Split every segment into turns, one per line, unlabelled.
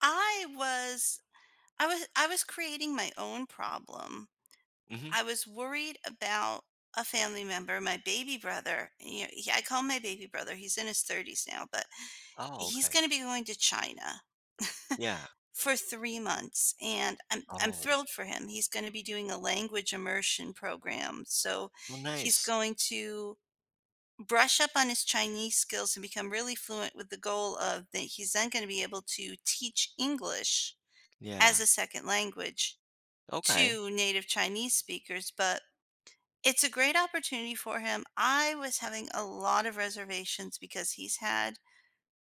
I was I was creating my own problem.
Hmm.
I was worried about a family member, my baby brother. I call him my baby brother. He's in his 30s now, but
Oh,
he's
okay.
going to be going to China
Yeah.
for 3 months, and I'm
Oh,
thrilled for him. He's going to be doing a language immersion program. So
well,
he's
nice.
going to brush up on his Chinese skills and become really fluent, with the goal of that he's then going to be able to teach English as
Yeah.
a second language
Okay.
to native Chinese speakers. But it's a great opportunity for him. I was having a lot of reservations because he's had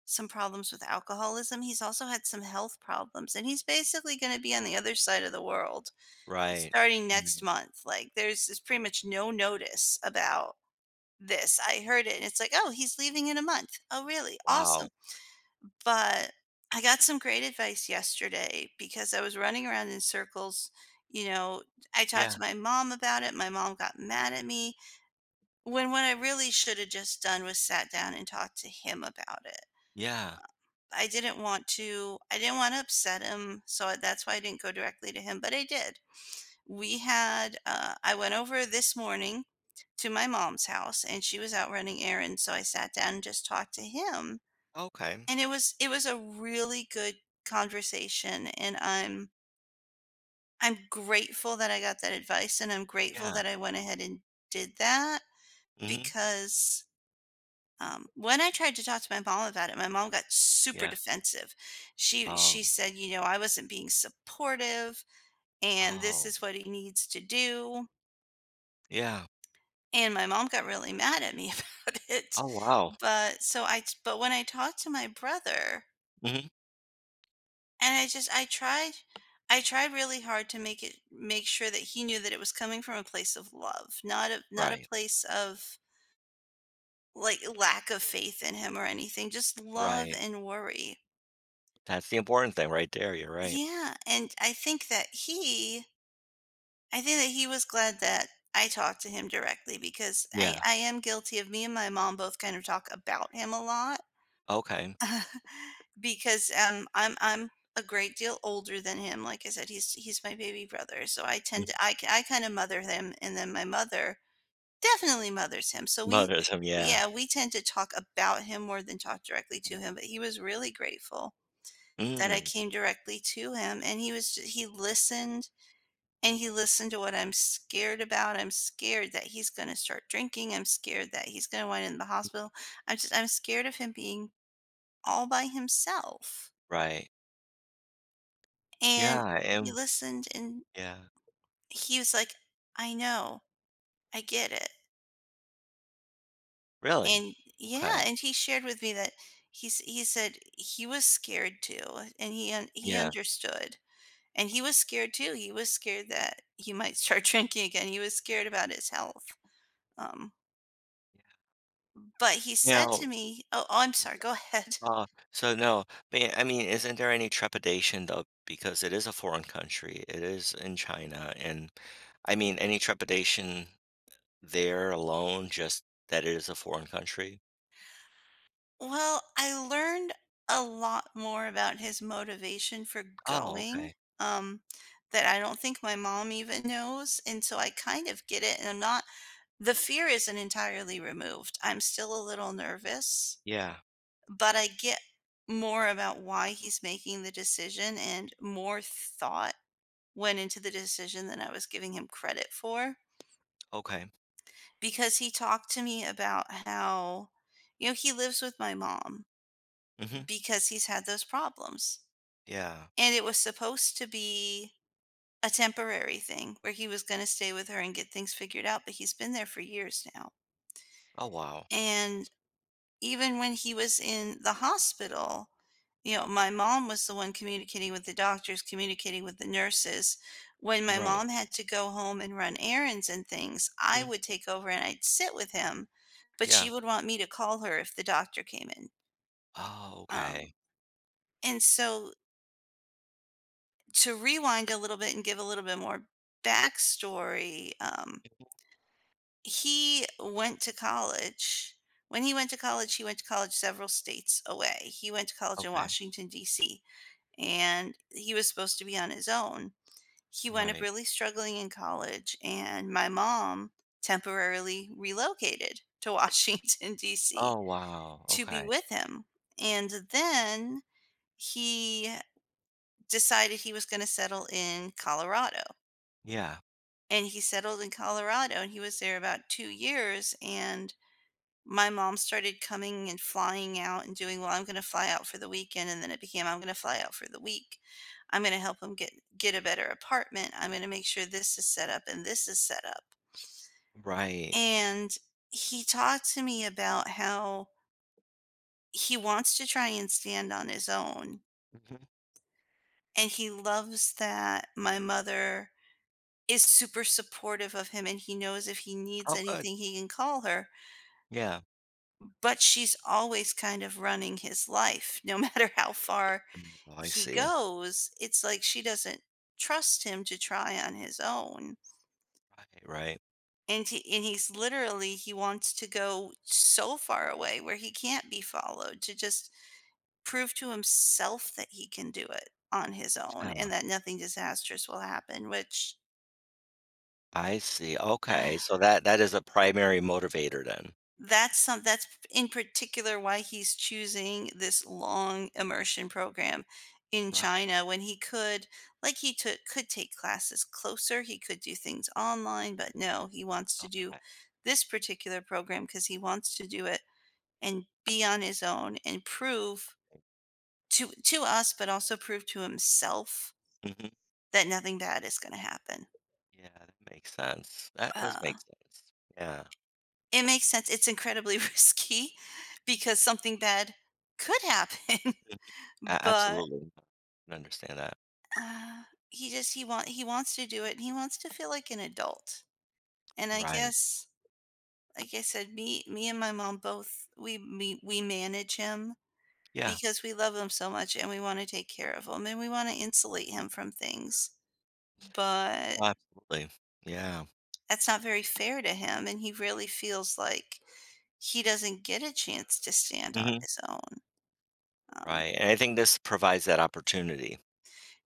some problems with alcoholism. He's also had some health problems, and he's basically going to be on the other side of the world
Right.
starting
Mm,
next month. Like, there's pretty much no notice about this. I heard it, and it's like, oh, he's leaving in a month. Oh, really? Awesome.
wow.
But I got some great advice yesterday because I was running around in circles. You know, I talked
Yeah.
to my mom about it. My mom got mad at me, when what I really should have just done was sat down and talked to him about it.
Yeah.
I didn't want to upset him, so that's why I didn't go directly to him, but I did. We had I went over this morning to my mom's house, and she was out running errands, so I sat down and just talked to him,
Okay.
and it was a really good conversation, and I'm grateful that I got that advice, and I'm grateful
Yeah.
that I went ahead and did that
Hmm.
because, when I tried to talk to my mom about it, my mom got super
Yeah.
defensive. She
Oh.
said, you know, "I wasn't being supportive, and this
Oh.
is what he needs to do."
Yeah.
And my mom got really mad at me about it.
Oh, wow.
But when I talked to my brother.
Hmm.
And I just I tried really hard to make sure that he knew that it was coming from a place of love, not a
Right.
place of, like, lack of faith in him or anything, just love
Right.
and worry.
That's the important thing right there. You're right.
Yeah, and I think that he was glad that I talked to him directly, because I
Yeah.
I am guilty of, me and my mom both kind of talk about him a lot.
Okay.
Because, I'm a great deal older than him. Like I said, he's my baby brother, so I tend
Mhm.
to I kinda mother him, and then my mother definitely mothers him, so we
Mothers. Yeah.
yeah, we tend to talk about him more than talk directly to him. But he was really grateful that I
Mm.
came directly to him, and he listened, and he listened to what I'm scared about. I'm scared that he's gonna start drinking, I'm scared that he's gonna wind up in the hospital, I'm scared of him being all by himself.
Right.
And
Yeah.
he
And
listened, and
yeah.
he was like, "I know. I get it."
Really.
And
Okay.
yeah, and he shared with me that he said he was scared too, and he
Yeah.
understood. And he was scared too. He was scared that he might start drinking again. He was scared about his health. Um, but he said to
Now,
me, "Oh, I'm sorry. Go ahead."
Uh, so no, but I mean, isn't there any trepidation though? Because it is a foreign country, it is in China, and I mean, any trepidation there alone, just that it is a foreign country?
Well, I learned a lot more about his motivation for
Oh,
going,
okay.
um, that I don't think my mom even knows, and so I kind of get it. And I'm not the fear isn't entirely removed. I'm still a little nervous,
Yeah.
but I get more about why he's making the decision, and more thought went into the decision than I was giving him credit for,
Okay.
because he talked to me about how, you know, he lives with my mom
Hmm.
because he's had those problems.
Yeah.
And it was supposed to be a temporary thing where he was gonna stay with her and get things figured out, but he's been there for years now.
Oh, wow.
And even when he was in the hospital, you know, my mom was the one communicating with the doctors, communicating with the nurses. When my
Right.
mom had to go home and run errands and things, I
Mhm.
would take over and I'd sit with him, but she
Yeah.
would want me to call her if the doctor came in.
Oh,
Um,
okay.
and so, to rewind a little bit and give a little bit more backstory, he went to college. When he went to college, he went to college several states away. He went to college in
Okay.
Washington, D.C., and he was supposed to be on his own. He wound up
Right.
really struggling in college, and my mom temporarily relocated to Washington, D.C.
Oh, wow.
to be
Okay.
with him. And then he decided he was going to settle in Colorado,
Yeah.
and he settled in Colorado, and he was there about 2 years. And my mom started coming and flying out and doing, "Well, I'm gonna fly out for the weekend," and then it became, "I'm gonna fly out for the week. I'm gonna help him get a better apartment. I'm gonna make sure this is set up and this is set up."
Right.
And he talked to me about how he wants to try and stand on his own,
Mhm.
and he loves that my mother is super supportive of him, and he knows if he needs
Oh, good.
anything, he can call her.
Yeah.
But she's always kind of running his life. No matter how far
Oh, I
he
see.
goes, it's like she doesn't trust him to try on his own.
Right. Right.
And he's literally, he wants to go so far away where he can't be followed, to just prove to himself that he can do it on his own
Yeah.
and that nothing disastrous will happen. Which
I see, okay, so that that is a primary motivator then.
That's in particular why he's choosing this long immersion program in
Right,
China, when he could, like, he took could take classes closer, he could do things online, but no, he wants to do
okay,
this particular program because he wants to do it and be on his own, and prove to us, but also prove to himself
mhm,
that nothing bad is gonna happen.
yeah, that makes sense, that does
Uh,
make sense, yeah,
it makes sense. It's incredibly risky because something bad could happen.
mhm, a
But,
absolutely, I can understand that,
uh, he just he wants to do it, and he wants to feel like an adult, and I
right,
guess, like I said, me and my mom both, we manage him
yeah.
because we love him so much, and we wanna take care of him, and we wanna insulate him from things. But
Oh, absolutely, yeah,
that's not very fair to him, and he really feels like he doesn't get a chance to stand on
mhm,
his own. um
right, and I think this provides that opportunity,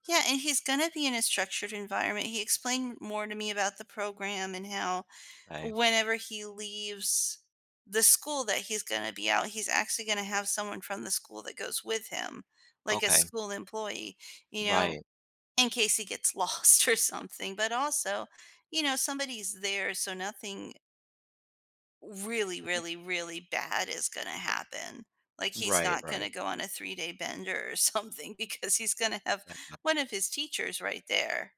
Yeah, and he's gonna be in a structured environment. He explained more to me about the program, and how
right,
whenever he leaves the school, that he's gonna be out, he's actually gonna have someone from the school that goes with him, like a
okay,
school employee, you know,
right,
in case he gets lost or something. But also, you know, somebody's there, so nothing really, really, really bad is gonna happen. Like, he's
right,
not
right,
gonna go on a 3-day bender or something, because he's gonna have
yeah,
one of his teachers right there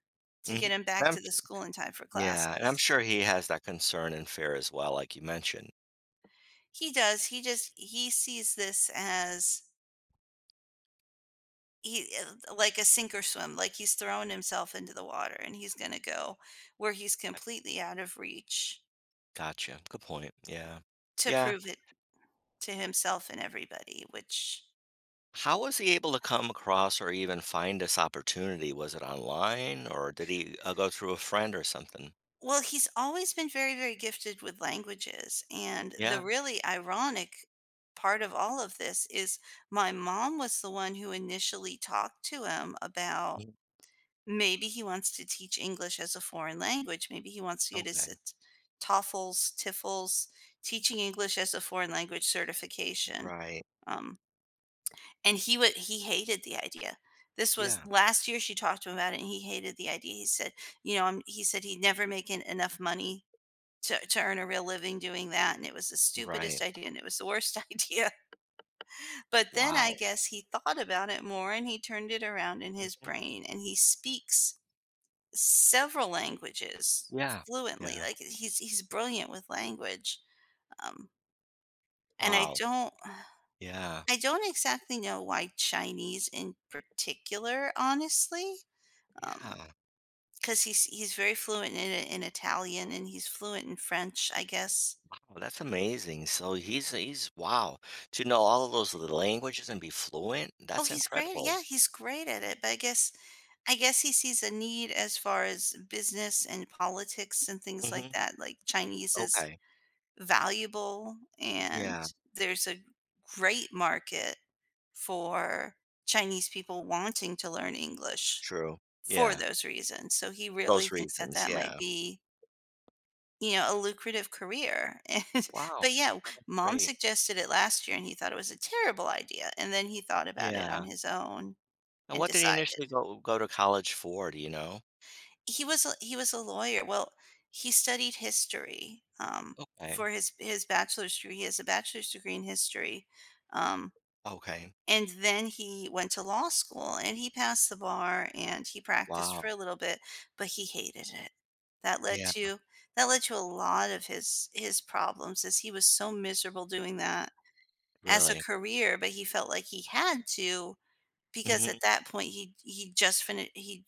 to get
mhm.
him back
I'm
to the
su
school in time for
Yeah, and I'm
classes.
sure he has that concern and fear as well, like you mentioned,
He does. He just, he sees this as he like a sink or swim, like he's thrown himself into the water and he's going to go where he's completely out of reach,
gotcha, good point, yeah,
to
yeah.
prove it to himself and everybody. Which,
How was he able to come across or even find this opportunity? Was it online or did he go through a friend or something?
well, he's always been very very gifted with languages, and
Yeah.
the really ironic part of all of this is, my mom was the one who initially talked to him about,
Mhm.
maybe he wants to teach English as a foreign language, maybe he wants to get his
Okay.
TOEFLs, TIFLs, teaching English as a foreign language certification.
Right.
Um, and he hated the idea. This was
Yeah.
last year she talked to him about it, and he hated the idea. He said, you know, "I'm." He said he'd never make enough money to earn a real living doing that. And it was the
Right.
stupidest idea and it was the worst idea. But then I
Wow.
guess he thought about it more, and he turned it around in his
Mhm.
brain, and he speaks several languages
Yeah.
fluently.
Yeah.
Like, he's brilliant with language, um, and
Wow. Yeah.
I don't exactly know why Chinese in particular, honestly. Um,
Yeah.
because he's very fluent in Italian, and he's fluent in French, I guess.
Wow, that's amazing. So he's wow. To know all of those languages and be fluent,
Oh,
that's
he's great,
incredible.
yeah, he's great at it. But I guess, I guess he sees a need as far as business and politics and things like
Hmm.
that. Like, Chinese is
Okay.
valuable, and
Yeah.
there's a great market for Chinese people wanting to learn English
True.
for
Yeah.
those reasons. So he
For
really
those
thinks that
reasons.
that might
Yeah.
be, you know, a lucrative career. And,
Wow.
but yeah, mom
Great.
suggested it last year and he thought it was a terrible idea. And then he thought about it on
Yeah.
his own
And
and
what did he
decided.
initially go to college for, do you know?
He was a lawyer. Well, he studied history,
Okay,
for his bachelor's degree. He has a bachelor's degree in history. Um,
okay.
And then he went to law school and he passed the bar and he practiced for
Wow.
a little bit, but he hated it. That led
Yeah,
to that led to a lot of his problems, as he was so miserable doing that as a
really.
career. But he felt like he had to, because
Mhm.
at that point he just finished he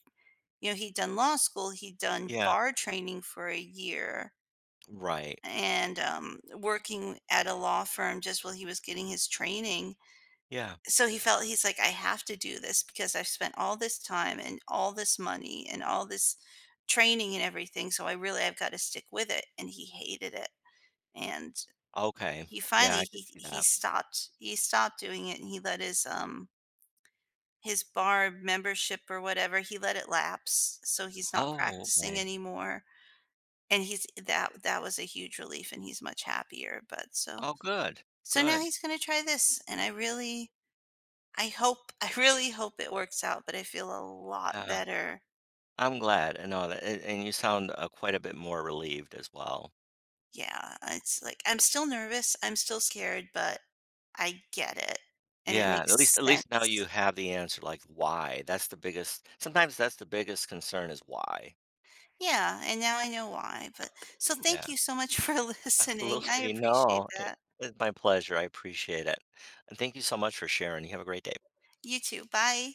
you know, he'd done law school, he'd done
Yeah,
bar training for a year
right.
and working at a law firm just while he was getting his training.
Yeah,
So he felt, he's like, "I have to do this because I've spent all this time and all this money and all this training and everything, so I really, I've got to stick with it." And he hated it. And
okay.
he
Yeah,
finally,
I could see that.
he stopped doing it, and he let his bar membership or whatever, he let it lapse. So he's not
Oh,
practicing
okay.
anymore. And he's, that that was a huge relief, and he's much happier. But so,
Oh, good,
so now
good.
he's gonna try this. And I really, I really hope it works out, but I feel a lot
Yeah,
better.
I'm glad, I know that and you sound, quite a bit more relieved as well.
Yeah, it's like, I'm still nervous, I'm still scared, but I get it, and it
Yeah, at
makes
least at least now you
sense.
have the answer, like, why, that's the biggest, sometimes that's the biggest concern is why.
Yeah, and now I know why. But so,
Yeah.
thank you so much for listening. I
Absolutely,
appreciate
no. It
that.
it's my pleasure, I appreciate it. And thank you so much for sharing, you have a great day.
You too. Bye.